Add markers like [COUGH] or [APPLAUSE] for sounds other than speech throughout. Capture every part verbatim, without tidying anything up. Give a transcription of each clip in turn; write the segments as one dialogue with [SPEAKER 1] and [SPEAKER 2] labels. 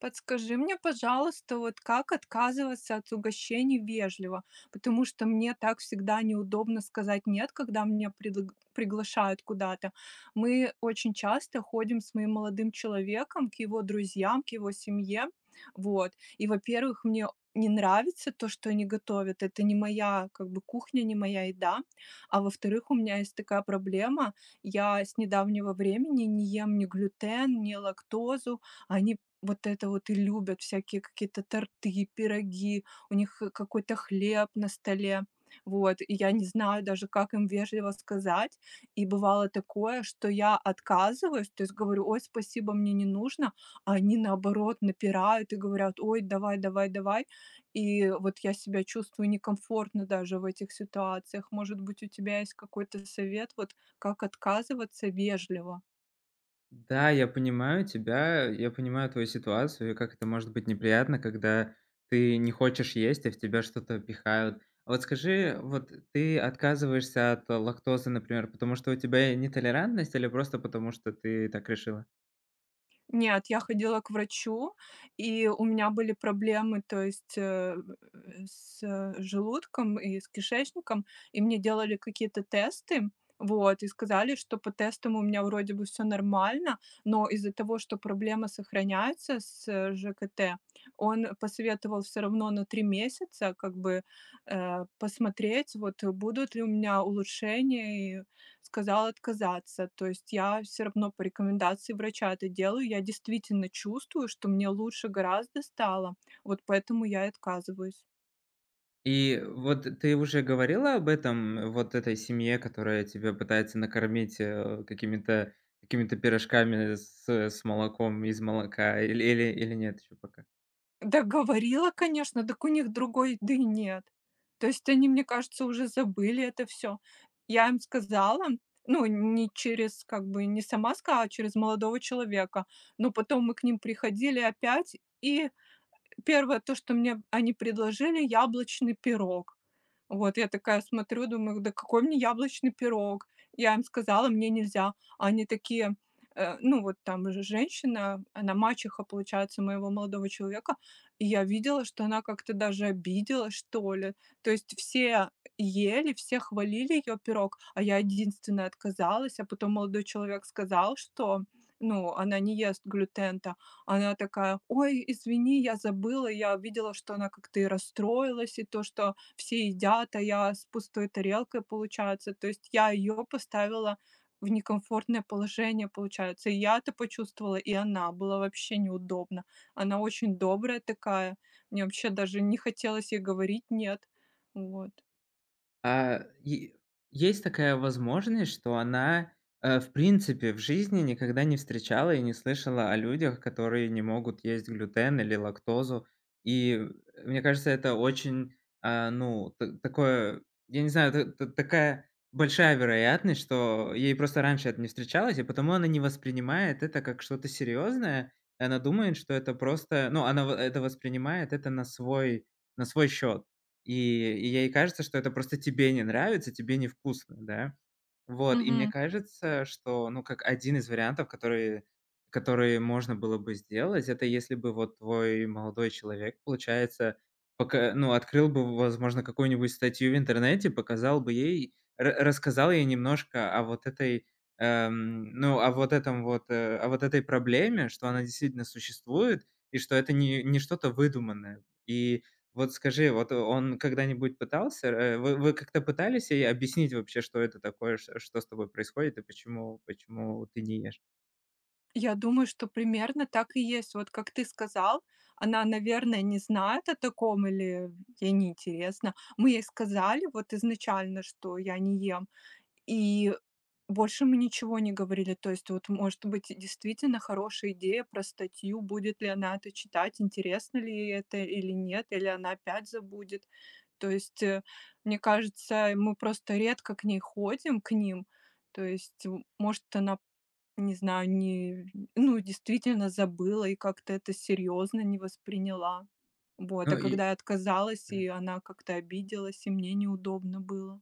[SPEAKER 1] Подскажи мне, пожалуйста, вот как отказываться от угощений вежливо, потому что мне так всегда неудобно сказать нет, когда меня предлаг- приглашают куда-то. Мы очень часто ходим с моим молодым человеком к его друзьям, к его семье, вот. И, во-первых, мне не нравится то, что они готовят. Это не моя, как бы, кухня, не моя еда. А во-вторых, у меня есть такая проблема. Я с недавнего времени не ем ни глютен, ни лактозу, они вот это вот и любят всякие какие-то торты, пироги, у них, э, какой-то хлеб на столе. Вот, и я не знаю даже, как им вежливо сказать. И бывало такое, что я отказываюсь, то есть говорю: "Ой, спасибо, мне не нужно". А они, наоборот, напирают и говорят: "Ой, давай, давай, давай". И вот я себя чувствую некомфортно даже в этих ситуациях. Может быть, у тебя есть какой-то совет, вот как отказываться вежливо?
[SPEAKER 2] Да, я понимаю тебя, я понимаю твою ситуацию и как это может быть неприятно, когда ты не хочешь есть, а в тебя что-то пихают. А вот скажи, вот ты отказываешься от лактозы, например, потому что у тебя нетолерантность или просто потому что ты так решила?
[SPEAKER 1] Нет, я ходила к врачу, и у меня были проблемы, то есть, э, э, с э, желудком и с кишечником, и мне делали какие-то тесты, вот, и сказали, что по тестам у меня вроде бы все нормально, но из-за того, что проблема сохраняется с ж к т, он посоветовал все равно на три месяца как бы, э, посмотреть, вот э, будут ли у меня улучшения, и сказал отказаться. То есть я все равно по рекомендации врача это делаю. Я действительно чувствую, что мне лучше гораздо стало, вот поэтому я и отказываюсь.
[SPEAKER 2] И вот ты уже говорила об этом вот этой семье, которая тебя пытается накормить, э, какими-то какими-то пирожками с с молоком, из молока или или или нет еще пока?
[SPEAKER 1] Да говорила, конечно, так у них другой еды нет. То есть они, мне кажется, уже забыли это все. Я им сказала, ну, не через как бы не сама сказала, а через молодого человека, но потом мы к ним приходили опять, и первое, то, что мне они предложили- яблочный пирог. Вот я такая смотрю, думаю: "Да какой мне яблочный пирог?" Я им сказала: "Мне нельзя". А они такие, э, ну, вот там же женщина, она мачеха, получается, моего молодого человека, и я видела, что она как-то даже обиделась, что ли. То есть все ели, все хвалили ее пирог, а я единственная отказалась. А потом молодой человек сказал, что, ну, она не ест глютен. Она такая: "Ой, извини, я забыла, я видела, что она как-то и расстроилась, и то, что все едят, а я с пустой тарелкой, получается". То есть я ее поставила в некомфортное положение, получается. И я это почувствовала, и она. Было вообще неудобно. Она очень добрая такая. Мне вообще даже не хотелось ей говорить "нет". Вот.
[SPEAKER 2] А, е Есть такая возможность, что она, э, в принципе, в жизни никогда не встречала и не слышала о людях, которые не могут есть глютен или лактозу. И э, Мне кажется, это очень, а, ну, та такое, я не знаю, та та такая большая вероятность, что ей просто раньше это не встречалось и потому она не воспринимает это как что-то серьезное. Она думает, что это просто ну, она в это воспринимает это на свой на свой счет. И и ей кажется, что это просто тебе не нравится, тебе невкусно, да. Вот, и мне кажется, что, ну, как один из вариантов, которые которые можно было бы сделать, это если бы вот твой молодой человек, получается, пока ну, открыл бы, возможно, какую-нибудь статью в интернете, показал бы ей, ра рассказал ей немножко о вот этой, эм, ну, о вот этом вот, э, о вот этой проблеме, что она действительно существует и что это не не что-то выдуманное. И вот скажи, вот э, он когда-нибудь пытался, э, вы вы как-то пытались ей объяснить вообще, что это такое, ш что с тобой происходит и почему почему ты не ешь?
[SPEAKER 1] Я думаю, что примерно так и есть. Вот как ты сказал, она, наверное, не знает о таком или ей неинтересно. Мы ей сказали вот изначально, что я не ем, и больше мы ничего не говорили. То есть вот, может быть, действительно хорошая идея про статью, будет ли она это читать, интересно ли ей это или нет, или она опять забудет. То есть, э, мне кажется, мы просто редко к ней ходим, к ним. То есть, м, может, она не знаю, не ну, действительно забыла и как-то это серьезно не восприняла. Вот, а
[SPEAKER 2] Ну и
[SPEAKER 1] когда я отказалась, и она как-то обиделась, и мне неудобно было.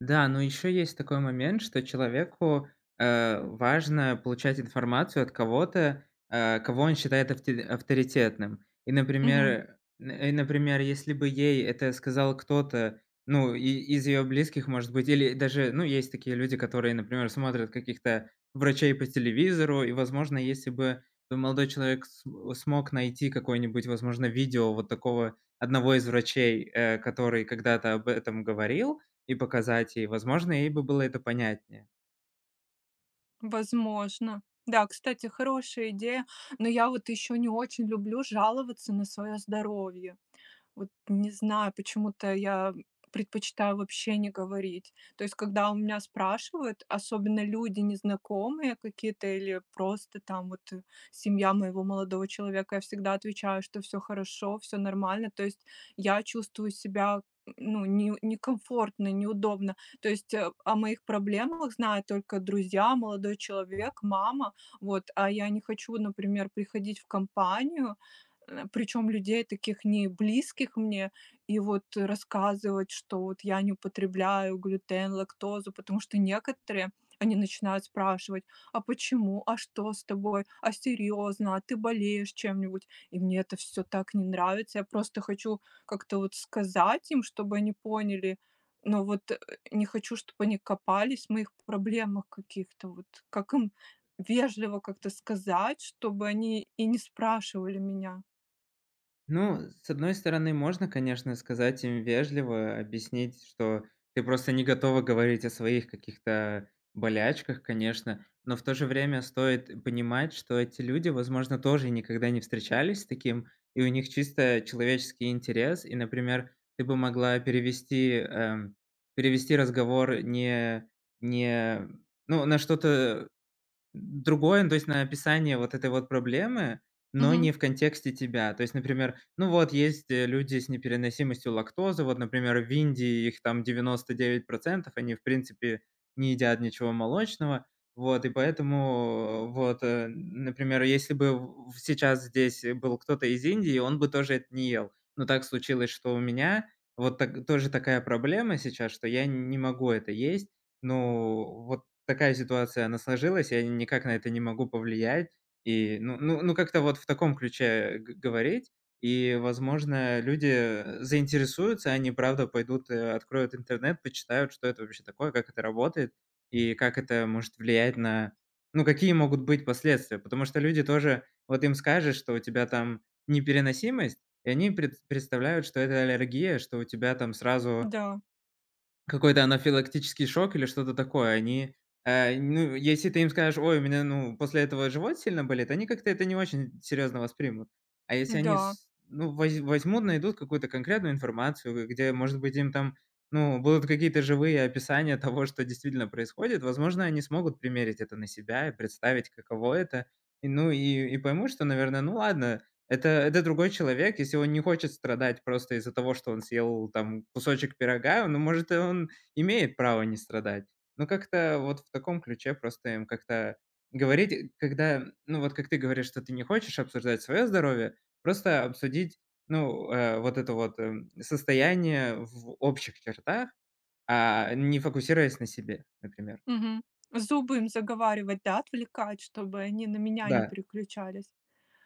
[SPEAKER 2] да, но еще есть такой момент, что человеку, э, важно получать информацию от кого-то, э, кого он считает авте авторитетным. И,
[SPEAKER 1] Мгм.
[SPEAKER 2] например, н и, например, если бы ей это сказал кто-то, ну, и из ее близких, может быть, или даже, ну, есть такие люди, которые, например, смотрят каких-то врачей по телевизору, и, возможно, если бы молодой человек с смог найти какое-нибудь, возможно, видео вот такого одного из врачей, э, который когда-то об этом говорил, и показать ей. Возможно, ей бы было это понятнее.
[SPEAKER 1] Возможно. Да, кстати, хорошая идея, но я вот еще не очень люблю жаловаться на свое здоровье. Вот не знаю, почему-то я предпочитаю вообще не говорить. То есть, когда у меня спрашивают, особенно люди незнакомые какие-то или просто там вот э, семья моего молодого человека, я всегда отвечаю, что все хорошо, все нормально. То есть я чувствую себя ну, не- некомфортно, неудобно. То есть э, о моих проблемах знают только друзья, молодой человек, мама. Вот, а я не хочу, например, приходить в компанию, причем людей таких не близких мне. И вот рассказывать, что вот я не употребляю глютен, лактозу, потому что некоторые, они начинают спрашивать: "А почему? А что с тобой? А серьезно, а ты болеешь чем-нибудь?" И мне это все так не нравится. Я просто хочу как-то вот сказать им, чтобы они поняли, но вот, э, не хочу, чтобы они копались в моих проблемах каких-то. Вот как им вежливо как-то сказать, чтобы они и не спрашивали меня?
[SPEAKER 2] Ну, с одной стороны, можно, конечно, сказать им вежливо, объяснить, что ты просто не готова говорить о своих каких-то болячках, конечно, но в то же время стоит понимать, что эти люди, возможно, тоже никогда не встречались с таким, и у них чисто человеческий интерес. И, например, ты бы могла перевести, эм, перевести разговор не не ну, на что-то другое, ну, то есть на описание вот этой вот проблемы, но
[SPEAKER 1] Мгм.
[SPEAKER 2] не в контексте тебя. То есть, например, ну вот есть, э, люди с непереносимостью лактозы, вот, например, в Индии их там девяносто девять процентов, они, в принципе, не едят ничего молочного. Вот, и поэтому, э, вот, э, например, если бы в сейчас здесь был кто-то из Индии, он бы тоже это не ел. Но так случилось, что у меня вот так тоже такая проблема сейчас, что я не могу это есть. Ну, вот такая ситуация, она сложилась, я никак на это не могу повлиять. И, ну ну ну, как-то вот в таком ключе г говорить. И, возможно, люди, э, заинтересуются, они, правда, пойдут, э, откроют интернет, почитают, что это вообще такое, как это работает и как это может влиять на ну, какие могут быть последствия. Потому что люди тоже вот им скажешь, что у тебя там непереносимость, и они пред представляют, что это аллергия, что у тебя там сразу
[SPEAKER 1] Да,
[SPEAKER 2] какой-то анафилактический шок или что-то такое. Они, э, ну, если ты им скажешь: "Ой, у меня, ну, после этого живот сильно болит", они как-то это не очень серьезно воспримут. А если они
[SPEAKER 1] да.
[SPEAKER 2] с ну, воз возьмут, найдут какую-то конкретную информацию, где, может быть, им там, ну, будут какие-то живые описания [LAUGHS] того, что действительно происходит. Возможно, они смогут примерить это на себя и представить, каково это. И, ну, и и поймут, что, наверное, ну ладно, это это другой человек. Если он не хочет страдать просто из-за того, что он съел там кусочек пирога, ну, может, и он имеет право не страдать. Но как-то вот в таком ключе просто им как-то говорить, э, когда, ну, вот как ты говоришь, что ты не хочешь обсуждать свое здоровье, просто обсудить, ну, э, вот это вот, эм, состояние в общих чертах, а не фокусируясь на себе, например.
[SPEAKER 1] Мгм. Зубы им заговаривать, да, отвлекать, чтобы они на меня не
[SPEAKER 2] Да.
[SPEAKER 1] переключались.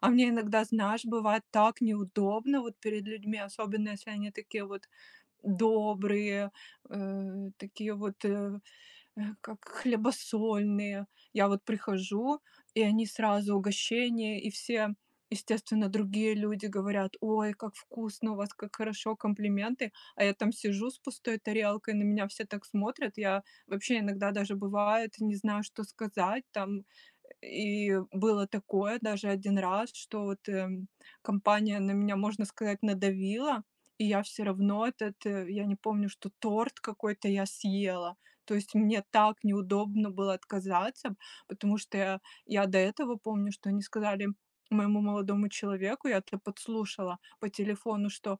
[SPEAKER 1] А мне иногда, знаешь, бывает так неудобно вот перед людьми, особенно если они такие вот добрые, э, такие вот э, э, как хлебосольные. Я вот прихожу, и они сразу угощение, и все, естественно, другие люди говорят, ой, как вкусно у вас, как хорошо, комплименты. А я там сижу с пустой тарелкой, на меня все так смотрят. Я вообще иногда даже бывает, не знаю, что сказать там. И было такое даже один раз, что вот эм, компания на меня, можно сказать, надавила, и я все равно этот, э, я не помню, что торт какой-то я съела. То есть мне так неудобно было отказаться, потому что я я до этого помню, что они сказали моему молодому человеку, я это подслушала по телефону, что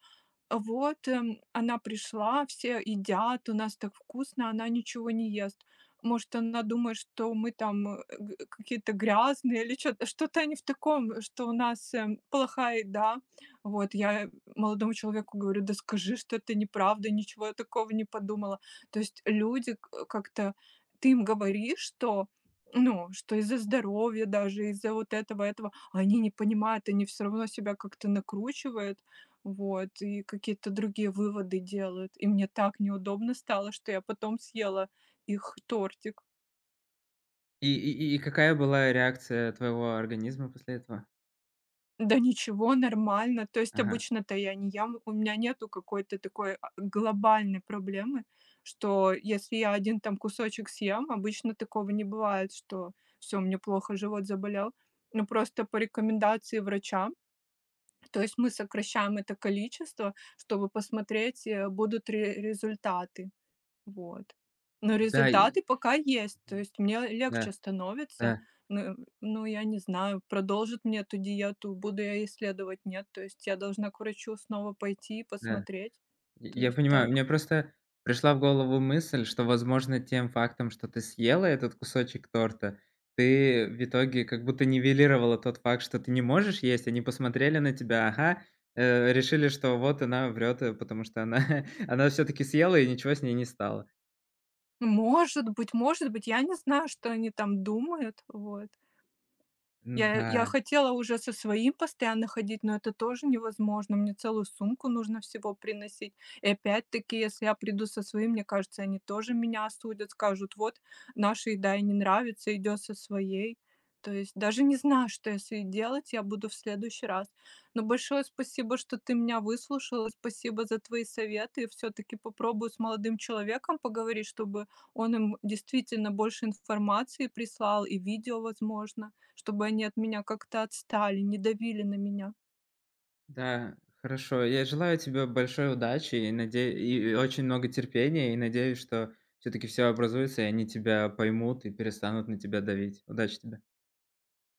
[SPEAKER 1] «А вот, эм, она пришла, все едят, у нас так вкусно, она ничего не ест. Может, она думает, что мы там э, г- какие-то грязные или что то что-то они в таком, что у нас эм, плохая еда. Вот, я молодому человеку говорю, да скажи, что это неправда, ничего я такого не подумала. То есть люди к э, как-то ты им говоришь, что, ну, что из-за здоровья даже, из-за вот этого, этого, а они не понимают, они все равно себя как-то накручивают, вот, и какие-то другие выводы делают. И мне так неудобно стало, что я потом съела их тортик.
[SPEAKER 2] И и и какая была реакция твоего организма после этого?
[SPEAKER 1] Да ничего, нормально. То есть
[SPEAKER 2] Ага.
[SPEAKER 1] обычно-то я не ям у меня нету какой-то такой, а, глобальной проблемы, что если я один там кусочек съем, обычно такого не бывает, что все мне плохо, живот заболел. Ну, просто по рекомендации врача, то есть мы сокращаем это количество, чтобы посмотреть, э, будут ли результаты. Вот. Но
[SPEAKER 2] Да, и
[SPEAKER 1] результаты пока есть. То
[SPEAKER 2] мгм.
[SPEAKER 1] есть мне легче
[SPEAKER 2] Да.
[SPEAKER 1] становится.
[SPEAKER 2] Да,
[SPEAKER 1] Ну, ну, я не знаю, продолжит мне эту диету, буду я исследовать, нет. То есть я должна к врачу снова пойти и
[SPEAKER 2] да.
[SPEAKER 1] посмотреть. То
[SPEAKER 2] Я я
[SPEAKER 1] есть
[SPEAKER 2] понимаю,
[SPEAKER 1] так.
[SPEAKER 2] мне просто пришла в голову мысль, что, возможно, тем фактом, что ты съела этот кусочек торта, ты в итоге как будто нивелировала тот факт, что ты не можешь есть. Они посмотрели на тебя, ага, э, решили, что вот она врет, э, потому что она [LAUGHS] она все таки съела и ничего с ней не стало.
[SPEAKER 1] Может быть, может быть, я не знаю, что они там думают. Вот. Я
[SPEAKER 2] М-да,
[SPEAKER 1] я
[SPEAKER 2] да,
[SPEAKER 1] хотела уже со своим постоянно ходить, но это тоже невозможно. Мне целую сумку нужно всего приносить. И опять-таки, если я приду со своим, мне кажется, они тоже меня осудят, скажут: "Вот, наша еда ей не нравится, идёт со своей". То есть даже не знаю, что я с делать, я буду в следующий раз. Но большое спасибо, что ты меня выслушала, спасибо за твои советы. Все таки попробую с молодым человеком поговорить, чтобы он им действительно больше информации прислал и видео, возможно чтобы они от меня как-то отстали, не давили на меня.
[SPEAKER 2] да, хорошо. Я желаю тебе большой удачи и наде и очень много терпения, и надеюсь, что все таки все образуется, и они тебя поймут и перестанут на тебя давить. Удачи тебе.